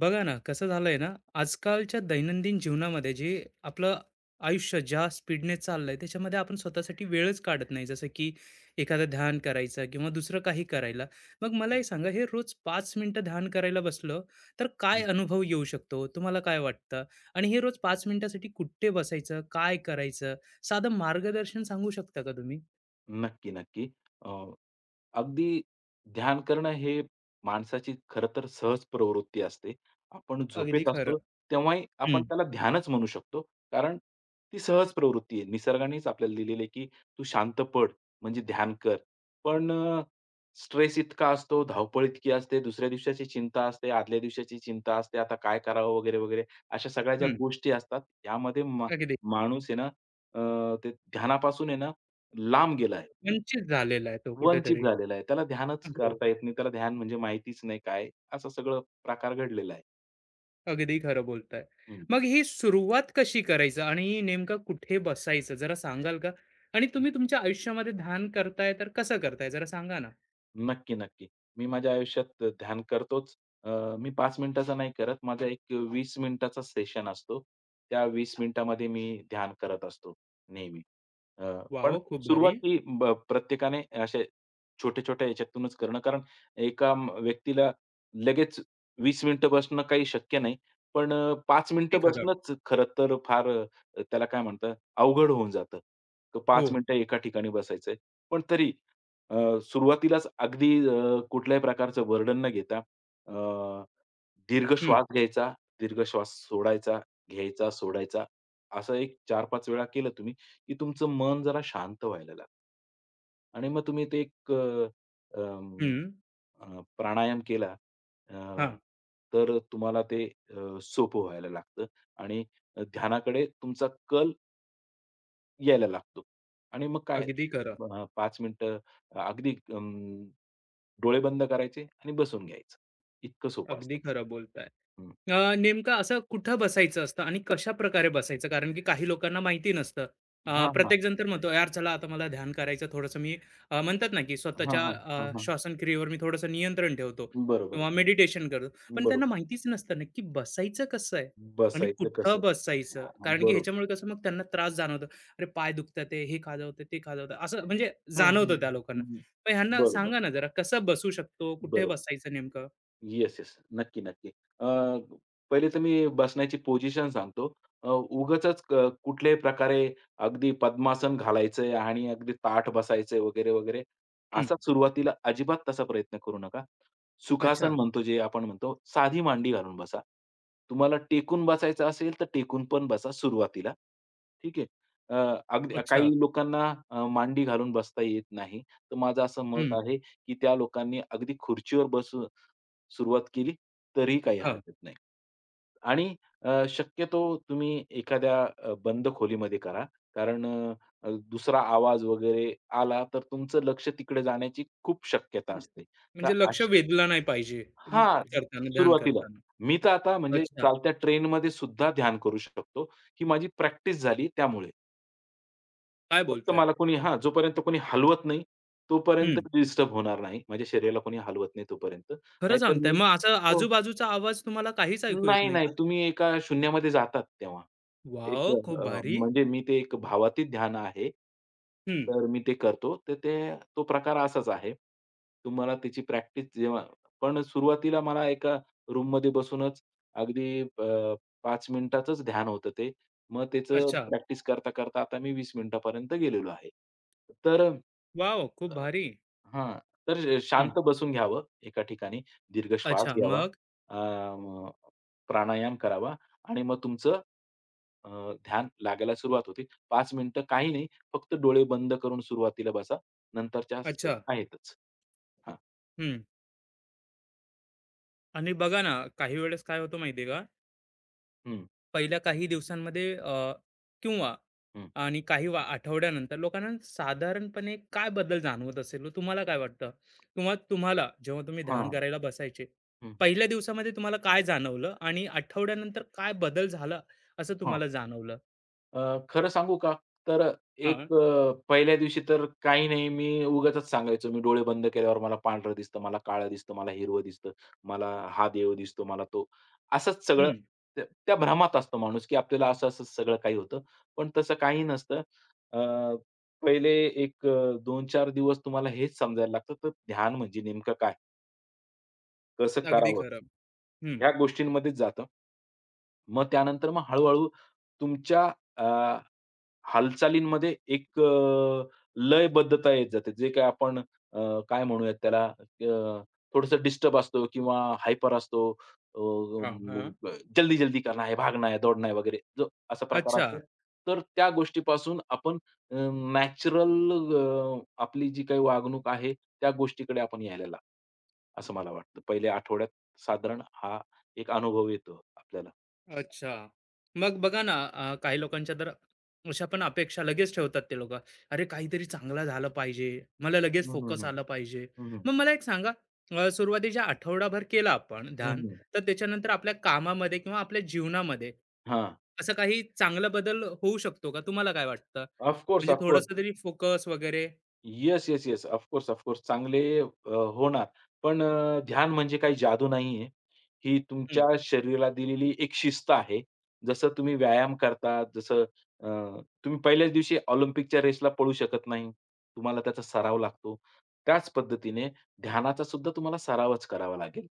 बघा ना, कसं झालंय ना, आजकालच्या दैनंदिन जीवनामध्ये जे आपलं आयुष्य ज्या स्पीडने चाललंय, त्याच्यामध्ये आपण स्वतःसाठी वेळच काढत नाही. जसं की एखादं ध्यान करायचं किंवा दुसरं काही करायला. मग मला हे हं, सांगा, हे रोज 5 मिनिटं ध्यान करायला बसलं, तर काय हं. अनुभव येऊ शकतो? तुम्हाला काय वाटतं? आणि हे रोज 5 मिनिटासाठी कुठे बसायचं? काय करायचं? साधं मार्गदर्शन सांगू शकता का तुम्ही? नक्की, नक्की. अ, अगदी ध्यान करणं हे माणसाची खरं तर सहज प्रवृत्ती असते. आपण अगदी झोपेत असतो खरं. तेव्हाही हं, आपण त्याला ध्यानच म्हणू शकतो. कारण ती सहज प्रवृत्ती आहे. निसर्गानेच आपल्याला दिलेली आहे, की तू शांत पड म्हणजे ध्यान कर. पण स्ट्रेस इतका असतो, धावपळ इतकी असते, दुसऱ्या दिवसाची चिंता असते, आदल्या दिवसाची चिंता असते, आता काय करावं वगैरे, वगैरे अशा सगळ्या ज्या हं. गोष्टी असतात, यामध्ये अगदी खरं. माणूस आहे ना, ते ध्यानापासून आहे ना, लांब गेला आहे. वंचित झालेला आहे तो वंचित कुठेतरी. झालेला आहे. त्याला ध्यानच हो. करता येत नाही. त्याला ध्यान म्हणजे माहितीच नाही काय, असं सगळं प्रकार घडलेला आहे. अगदी खरं बोलताय. हं. मग ही सुरुवात कशी करायचं आणि नेमकं कुठे बसायचं जरा सांगाल का? आणि तुम्ही तुमच्या आयुष्यामध्ये ध्यान करताय तर कसं करताय जरा सांगा ना? नक्की, नक्की. मी माझ्या आयुष्यात ध्यान करतोच. अ, मी 5 मिनिटाचा नाही करत. माझा एक 20 मिनिटाचा सेशन असतो. त्या 20 मिनिटामध्ये मी ध्यान करत असतो नेहमी. अ, पण वॉव! खूप सुरुवात भारी. ही प्रत्येकाने असे छोट्या-छोट्या ह्याच्यातूनच करणं. कारण एका व्यक्तीला लगेच 20 मिनिटं बसणं काही शक्य नाही. पण 5 ते मिनिटं खरं. बसणंच खरं तर फार त्याला काय म्हणतात अवघड होऊन जातं. तर हो. 5 मिनिटं एका ठिकाणी बसायचंय. पण तरी सुरुवातीलाच अगदी कुठल्याही प्रकारचं बर्डन न घेता दीर्घ हं, श्वास घ्यायचा, दीर्घ श्वास सोडायचा, घ्यायचा, सोडायचा. असं एक 4-5 वेळा केलं तुम्ही, की तुमचं मन जरा शांत व्हायला लागतं. आणि मग तुम्ही ते एक अ, अं, हं. अ, प्राणायाम केला, अ, हां. तर तुम्हाला ते सोपं व्हायला लागतं आणि ध्यानाकडे तुमचा कल यायला लागतो. आणि मग काय, अगदी खरं. 5 मिनिटं अगदी, डोळे बंद करायचे आणि बसून घ्यायचं. इतकं सोपं असतं अगदी ते. खरं बोलताय. हं. नेमकं असं कुठं बसायचं असतं आणि कशाप्रकारे बसायचं? कारण की काही लोकांना माहिती नसतं. हां, हां. प्रत्येकजण तर म्हणतो, "यार, चला आता मला ध्यान करायचं थोडंसं." मी म्हणतात ना, की हां, स्वतःच्या हां. हां, हां. श्वासक्रियेवर मी थोडंसं नियंत्रण ठेवतो बरोबर. किंवा मेडिटेशन करतो. पण त्यांना बरोबर. माहितीच नसतं नक्की बसायचं कसं आहे आणि बसायचं कुठं कसं? बसायचं? हां, कारण की बरोबर. ह्याच्यामुळे कसं मग त्यांना त्रास जाणवतो. अरे, पाय दुखतात आहे, हे खाजवतं, ते खाजवतं, असं म्हणजे हां, हं. जाणवतं त्या लोकांना. हं. मग ह्यांना बरोबर. सांगा ना जरा, कसं बसू शकतो? कुठे बरोबर. बसायचं नेमकं? Yes, yes. नक्की, नक्की. अ, पहिले तर मी बसण्याची पोझिशन सांगतो. उगाचच कुठल्याही प्रकारे अगदी पद्मासन घालायचंय आणि अगदी ताठ बसायचंय वगैरे, वगैरे, हं. असा सुरुवातीला अजिबात तसा प्रयत्न करू नका. सुखासन अच्छा. म्हणतो जे आपण म्हणतो, साधी मांडी घालून बसा. तुम्हाला टेकून बसायचं असेल तर टेकून पण बसा सुरुवातीला. ठीक आहे. अ, अगदी अच्छा. काही लोकांना मांडी घालून बसता येत नाही. तर माझं असं मत हं. आहे, की त्या लोकांनी अगदी खुर्चीवर बसून सुरुवात केली तरीही काही हां, हरकत नाही. आणि शक्यतो तुम्ही एखाद्या बंद खोलीमध्ये करा. कारण दुसरा आवाज वगैरे आला तर तुमचं लक्ष तिकडे जाण्याची खूप शक्यता म्हणजे असते. तर म्हणजे लक्ष अशी वेधलं नाही पाहिजे अं, हां, स करताना, ध्यान सुरुवातीला. करताना. मी तर आता म्हणजे अच्छा, चालत्या ट्रेनमध्ये सुद्धा ध्यान करू शकतो. ही माझी प्रॅक्टिस झाली त्यामुळे. काय फक्त बोलताय? मला कोणी हां, जोपर्यंत कोणी हलवत नाही, तोपर्यंत हं, डिस्टर्ब होणार नाही. माझ्या शरीराला कोणी हलवत नाही तोपर्यंत. खरं नाहीतर सांगताय. मी मग असं हो, आजूबाजूचा आवाज तुम्हाला काहीच ऐकू येत नाही, नाही नाही. का? तुम्ही एका शून्यामध्ये जातात तेव्हा. एक, वॉव! खूप भारी. म्हणजे मी ते, एक भावातीत ध्यान आहे. हं, तर मी ते करतो. तर ते, तो प्रकार असाच आहे. तुम्हाला त्याची प्रॅक्टिस जेव्हा पण सुरुवातीला मला एका रूममध्ये बसूनच अगदी 5 मिनिटाचंच ध्यान होतं ते. मग त्याचं अच्छा. प्रॅक्टिस करता, करता आता मी 20 मिनिटापर्यंत गेलेलो आहे. तर वॉव! खूप अ, भारी. हां. तर हं, शांत बसून घ्यावं एका ठिकाणी. दीर्घ श्वास अच्छा घ्यावा. मग? अ, प्राणायाम करावा आणि मग तुमचं ध्यान लागायला सुरुवात होते. 5 मिनिटं काही नाही, फक्त डोळे बंद करून सुरुवातीला बसा. नंतरच्या स अच्छा. आहेतच. हां. हं. आणि बघा ना, काही वेळेस काय होतं माहिती आहे का? हं, पहिल्या काही दिवसांमध्ये किंवा हं. आणि काही वा आठवड्यानंतर लोकांना साधारणपणे काय बदल जाणवत असेल तुम्हाला काय वाटतं? किंवा तुम्हाला जेव्हा तुम्ही ध्यान हां, करायला बसायचे, हं. पहिल्या दिवसामध्ये तुम्हाला काय जाणवलं आणि आठवड्यानंतर काय बदल झाला असं हां. तुम्हाला जाणवलं? खरं सांगू का? तर एक, हां. पहिल्या दिवशी तर काही नाही, मी उगाचच सांगायचो, मी डोळे बंद केल्यावर मला पांढरं दिसतं, मला काळं दिसतं, मला हिरवं दिसतं, मला हा देव दिसतो, मला तो. असंच सगळं, हं. त्या त्या भ्रमात असतो माणूस, की आपल्याला असं-असं सगळं काही होतं. पण तसं काही नसतं. अ, पहिले एक, 2-4 दिवस तुम्हाला हेच समजायला लागतं, तर ध्यान म्हणजे नेमकं काय? कसं अगदी करावं? खरं. हं. ह्या गोष्टींमध्येच जातं. मग त्यानंतर मग तुमच्या हालचालींमध्ये एक, लयबद्धता येत जाते. जे काही आपण, काय म्हणूयात त्याला, थोडंसं डिस्टर्ब असतो किंवा हायपर असतो. अ, हां, हां. जल्दी-जल्दी करना है, भागना है, दौड़ना है वगैरे जो असा प्रकार अच्छा. असतो. तर त्या गोष्टीपासून आपण, अ, नॅचरल, आपली जी काही वागणूक आहे, त्या गोष्टीकडे आपण यायला लागतो. असं मला वाटतं. पहिल्या आठवड्यात साधारण हा एक अनुभव येतो आपल्याला. अच्छा. मग बघा ना, काही लोकांच्या तर अशा पण अपेक्षा लगेच ठेवतात ते लोकं. अरे, काहीतरी चांगलं झालं पाहिजे. मला लगेच हं, हं, फोकस हं. आलं पाहिजे. हं, हं. मग मला एक सांगा, सुरुवातीच्या आठवडाभर केलं आपण हं, ध्यान, हं. तर त्याच्यानंतर आपल्या कामामध्ये किंवा आपल्या जीवनामध्ये असं काही चांगला बदल होऊ शकतो का? तुम्हाला काय वाटतं? म्हणजे थोडंसं तरी फोकस वगैरे? Yes, yes, yes. Of course, of course. चांगले, होणार. पण ध्यान म्हणजे काही जादू नाहीये. ही हं, तुमच्या शरीराला दिलेली एक शिस्त आहे. जसं तुम्ही व्यायाम करता, जसं, अ, तुम्ही पहिल्याच दिवशी ऑलिम्पिकच्या रेसला पळू शकत नाही. तुम्हाला त्याचा सराव लागतो. त्याच पद्धतीने ध्यानाचा सुद्धा तुम्हाला सरावच करावा लागेल.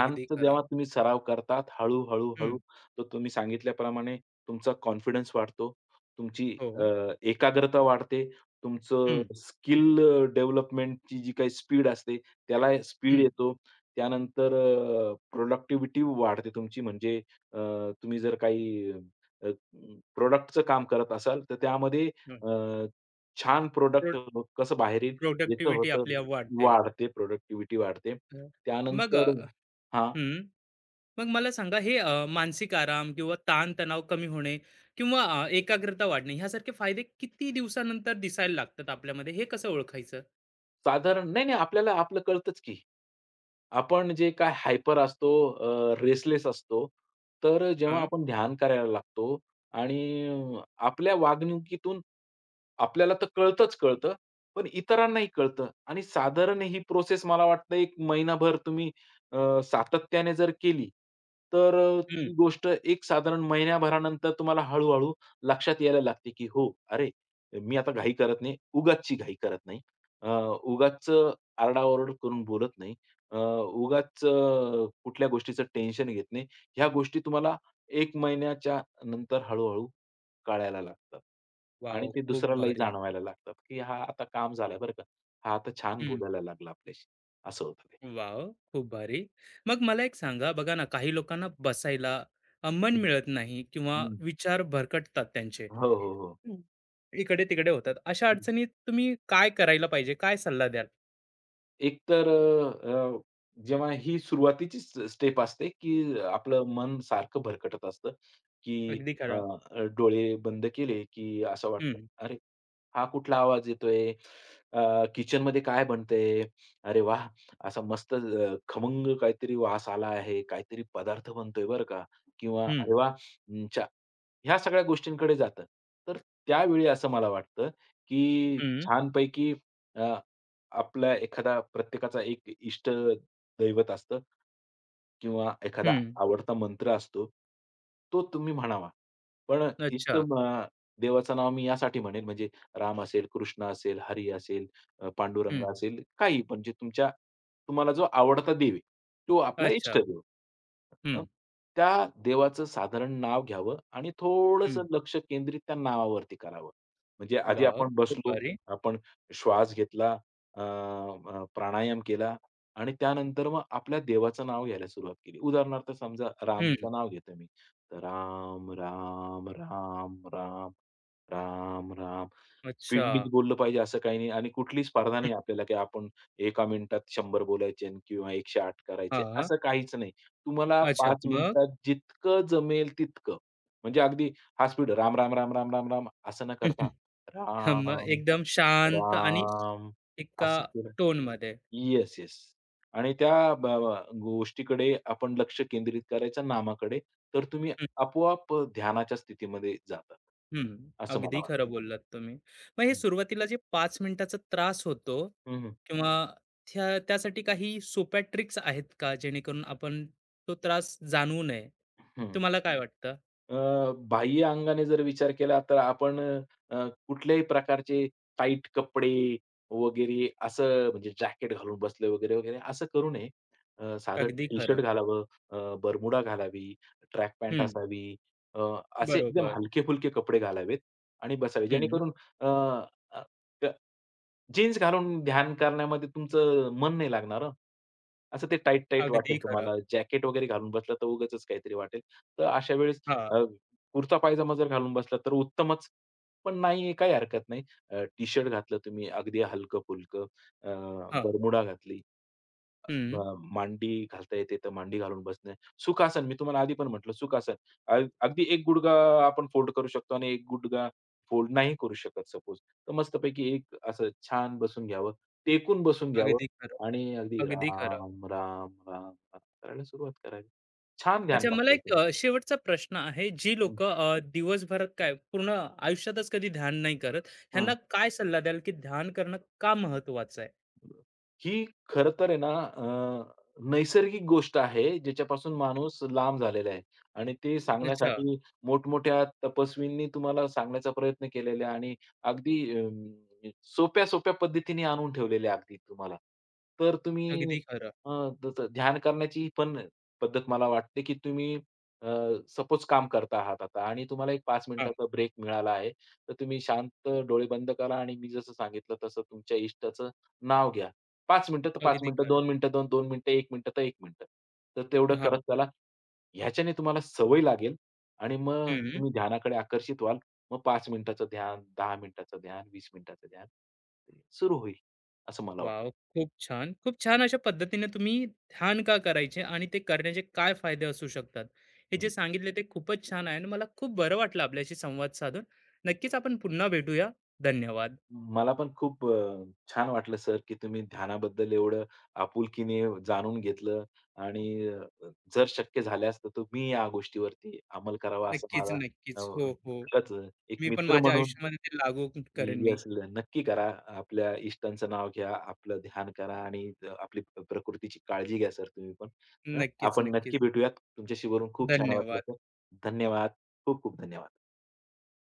अगदी खरं. जेव्हा तुम्ही सराव करतात हळू, हळू, हं, तर तुम्ही सांगितल्याप्रमाणे तुमचा कॉन्फिडन्स वाढतो. तुमची, हो. एकाग्रता वाढते. तुमचं हं, स्किल, डेव्हलपमेंटची जी काही स्पीड असते, त्याला स्पीड हं, येतो. त्यानंतर, प्रॉडक्टिव्हिटी वाढते तुमची. म्हणजे, अ, तुम्ही जर काही, काम करत असाल, तर त्यामध्ये, हं. अ, छान प्रॉडक्ट कसं बाहेर येईल, याचं प्रोडक्टिव्हिटी होतं. आपली वाढते. वाढते, प्रॉडक्टिव्हिटी वाढते. हं. मग त्यानंतर, हां. हं. मग मला सांगा हे मानसिक आराम किंवा ताणतणाव कमी होणे किंवा एकाग्रता वाढणे ह्यासारखे फायदे किती दिवसानंतर दिसायला लागतात आपल्यामध्ये हे कसं ओळखायचं. साधारण, नाही, नाही, आपल्याला आपलं कळतंच की. आपण जे काय हायपर असतो, रेसलेस असतो, तर जेव्हा हं, आपण ध्यान करायला लागतो आणि आपल्या वागणुकीतून आपल्याला तर कळतंच कळतं, पण इतरांनाही कळतं आणि साधारण ही प्रोसेस मला वाटतं एक महिनाभर तुम्ही अ, सातत्याने जर केली, तर हम्म. ती गोष्ट एक साधारण महिन्याभरानंतर तुम्हाला लक्षात यायला लागते, की हो, अरे, मी आता घाई करत नाही, उगाचची घाई करत नाही. अ, आरडाओरड करून बोलत नाही. उगाच, कुठल्या गोष्टीचं टेन्शन घेत नाही. ह्या गोष्टी तुम्हाला 1 महिन्याच्या नंतर हळू-हळू कळायला लागतात. आणि वाव ते खूप दुसऱ्यालाही भारी. जाणवायला लागतात, की हा आता काम झालाय बरं का. हा आता छान हम्म. बोलायला लागला आपल्याशी. असं होतं ते. वाव खूप भारी. मग मला एक सांगा बघा ना काही लोकांना बसायला मन हं, मिळत नाही किंवा हं. विचार भरकटतात त्यांचे. हो, हो, हं. इकडे तिकडे होतात अशा हो. अडचणीत तुम्ही काय करायला पाहिजे काय सल्ला द्याल. एक तर, अ, अ, जेव्हा ही सुरुवातीची स्टेप असते, की आपलं मन सारखं भरकटत असतं, की, अगदी अ, खरा. अ, डोळे बंद केले, की असं वाटतं, हम्म. "अरे, हा कुठला आवाज येतोय? किचनमध्ये काय बनतंय? अरे वाह! असा मस्त, खमंग काहीतरी वास आला आहे. काहीतरी पदार्थ बनतोय बरं का" किंवा हम्म. "अरे वाह! अं, छा". ह्या सगळ्या गोष्टींकडे जातं. तर त्यावेळी असं मला वाटतं, की हम्म. छानपैकी आपला एखादा, प्रत्येकाचा एक इष्ट दैवत असतं किंवा एखादा हम्म. आवडता मंत्र असतो. तो तुम्ही म्हणावा. पण इष्ट अच्छा. म देवाचं नाव मी यासाठी म्हणेन, म्हणजे राम असेल, कृष्ण असेल, हरी असेल, पांडुरंग हम्म. असेल, काही पण जे तुम्हाला जो आवडता देव आहे, तो आपला इष्ट अच्छा. देव. अ, हम्म. त्या देवाचं साधारण नाव घ्यावं आणि थोडंसं हं. लक्ष केंद्रित त्या नावावरती करावं. म्हणजे आधी वॉव! आपण खूप बसलो, भारी. आपण श्वास घेतला, अ, अ, प्राणायाम केला आणि त्यानंतर मग आपल्या देवाचं नाव घ्यायला सुरुवात केली. उदाहरणार्थ समजा हं. रामचं नाव घेतोय मी. तर राम, राम, राम, राम, राम, राम. अच्छा. स्पीडनीच बोललं पाहिजे असं काही नाही आणि कुठली स्पर्धा हं. नाही आपल्याला, की आपण एका मिनिटात 100 बोलायचे आणि किंवा 108 करायचे हां. असं काहीच नाही. तुम्हाला अच्छा. 5 मग? मिनिटात जितकं जमेल तितकं. म्हणजे अगदी हा स्पीड राम, राम, राम, राम, राम, राम असं न करता, हं, मग राम, एकदम शांत आणि राम, एका असं केलं. टोनमध्ये. Yes, yes. आणि त्या ब ब गोष्टीकडे आपण लक्ष केंद्रित करायचं, नामाकडे, तर तुम्ही हं, आपोआप ध्यानाच्या स्थितीमध्ये जातात. हं. असं मला अगदी खरं वाटतं. बोललात तुम्ही. मग हे हं. सुरुवातीला जे 5 मिनिटाचा त्रास होतो हं, हं. किंवा त्या त्यासाठी काही सोप्या ट्रिक्स आहेत का? जेणेकरून आपण तो त्रास जाणवू नये. तुम्हाला काय वाटतं? अ, बाह्य अंगाने जर विचार केला तर आपण, अ, कुठल्याही प्रकारचे टाईट कपडे वगैरे, असं म्हणजे जॅकेट घालून बसले वगैरे, वगैरे, असं करू नये. साधं अगदी खरं. टी-शर्ट घालावं, अ, बरमुडा घालावी, ट्रॅक पॅन्ट हं. असावी. अ, असे एकदम बरोबर. हलके-फुलके कपडे घालावेत आणि बसावे. हं. जेणेकरून, अ, अ, जीन्स घालून ध्यान करण्यामध्ये तुमचं मन नाही लागणार हो. असं ते टाईट-टाईट वाटेल अगदी खरं. तुम्हाला. जॅकेट वगैरे घालून बसला तर उगाचच काहीतरी वाटेल. तर अशा वेळेस, हां, अ, कुर्ता पायजामा जर घालून बसला तर उत्तमच. पण नाही, काही हरकत नाही. टी-शर्ट घातलं तुम्ही अगदी हलकं-फुलकं, अ, हां. बरमुडा घातली, हं. मांडी घालता येते तर मांडी घालून बसणे. सुखासन मी तुम्हाला आधी पण म्हटलं, सुखासन. अगदी एक गुडघा आपण फोल्ड करू शकतो आणि एक गुडघा फोल्ड नाही करू शकत सपोज. तर मस्तपैकी एक असं छान बसून घ्यावं, टेकून बसून घ्यावं अगदी खरं. आणि अगदी अगदी खरं. राम, राम, राम, राम करायला सुरुवात करावी. छान ध्यान अच्छा मला लागतं. एक शेवटचा प्रश्न आहे. जी लोकं दिवसभरात काय पूर्ण आयुष्यातच कधी ध्यान नाही करत, ह्यांना काय सल्ला द्याल, की ध्यान करणं का महत्त्वाचं आहे? ही खरं तर आहे ना, नैसर्गिक गोष्ट आहे, ज्याच्यापासून माणूस लांब झालेला आहे आणि ते, हं, अच्छा. सांगण्यासाठी मोठमोठ्या तपस्वींनी तुम्हाला सांगण्याचा प्रयत्न केलेला आहे आणि अगदी, सोप्या-सोप्या पद्धतीने आणून ठेवलेले आहे अगदी तुम्हाला. तर तुम्ही, अगदी खरं. अ, तसं ध्यान करण्याची पण पद्धत मला वाटते, की तुम्ही सपोज काम करता आहात आता आणि तुम्हाला एक 5 हां, मिनिटाचा ब्रेक मिळाला आहे. तर तुम्ही शांत डोळे बंद करा आणि मी जसं सांगितलं तसं तुमच्या इष्टाचं नाव घ्या. 5 मिनिटं तर 5 अगदी मिनिटं, 2 खरं. मिनिटं, तर 2 मिनिटं, 1 मिनिटं तर 1 मिनिटं. तर तेवढं हां. करत चला. ह्याच्याने तुम्हाला सवय लागेल आणि मग हं. तुम्ही ध्यानाकडे आकर्षित व्हाल. मग 5 मिनिटाचं ध्यान, 10 मिनिटाचं ध्यान, 20 मिनिटाचं ध्यान ते सुरू होईल, असं मला वॉव! वाटतं. खूप छान. खूप छान अशा पद्धतीने तुम्ही ध्यान का करायचे आणि ते करण्याचे काय फायदे असू शकतात, हे जे हं. सांगितले ते खूपच छान आहे आणि मला खूप बरं वाटलं आपल्याशी संवाद साधून. नक्कीच आपण पुन्हा भेटूया. धन्यवाद. मला पण खूप, छान वाटलं सर, की तुम्ही ध्यानाबद्दल एवढं आपुलकीने जाणून घेतलं आणि, जर शक्य झाल्यास तर तुम्ही या गोष्टीवरती अंमल करावा, असं नक्कीच, मला, अ, नक्कीच. हो, हो. खरंच एक मी पण मित्र माझ्या म्हणून. आयुष्यामध्ये ते लागू करेन मी. येस, नक्की करा. आपल्या इष्टांचं नाव घ्या, आपलं ध्यान करा आणि, आपली प्रकृतीची काळजी घ्या सर तुम्ही पण. हं, नक्कीच, आपण नक्की नक्कीच. भेटूयात. तुमच्याशी बोलून खूप छान वाटलं धन्यवाद. सर. धन्यवाद. खूप खूप धन्यवाद.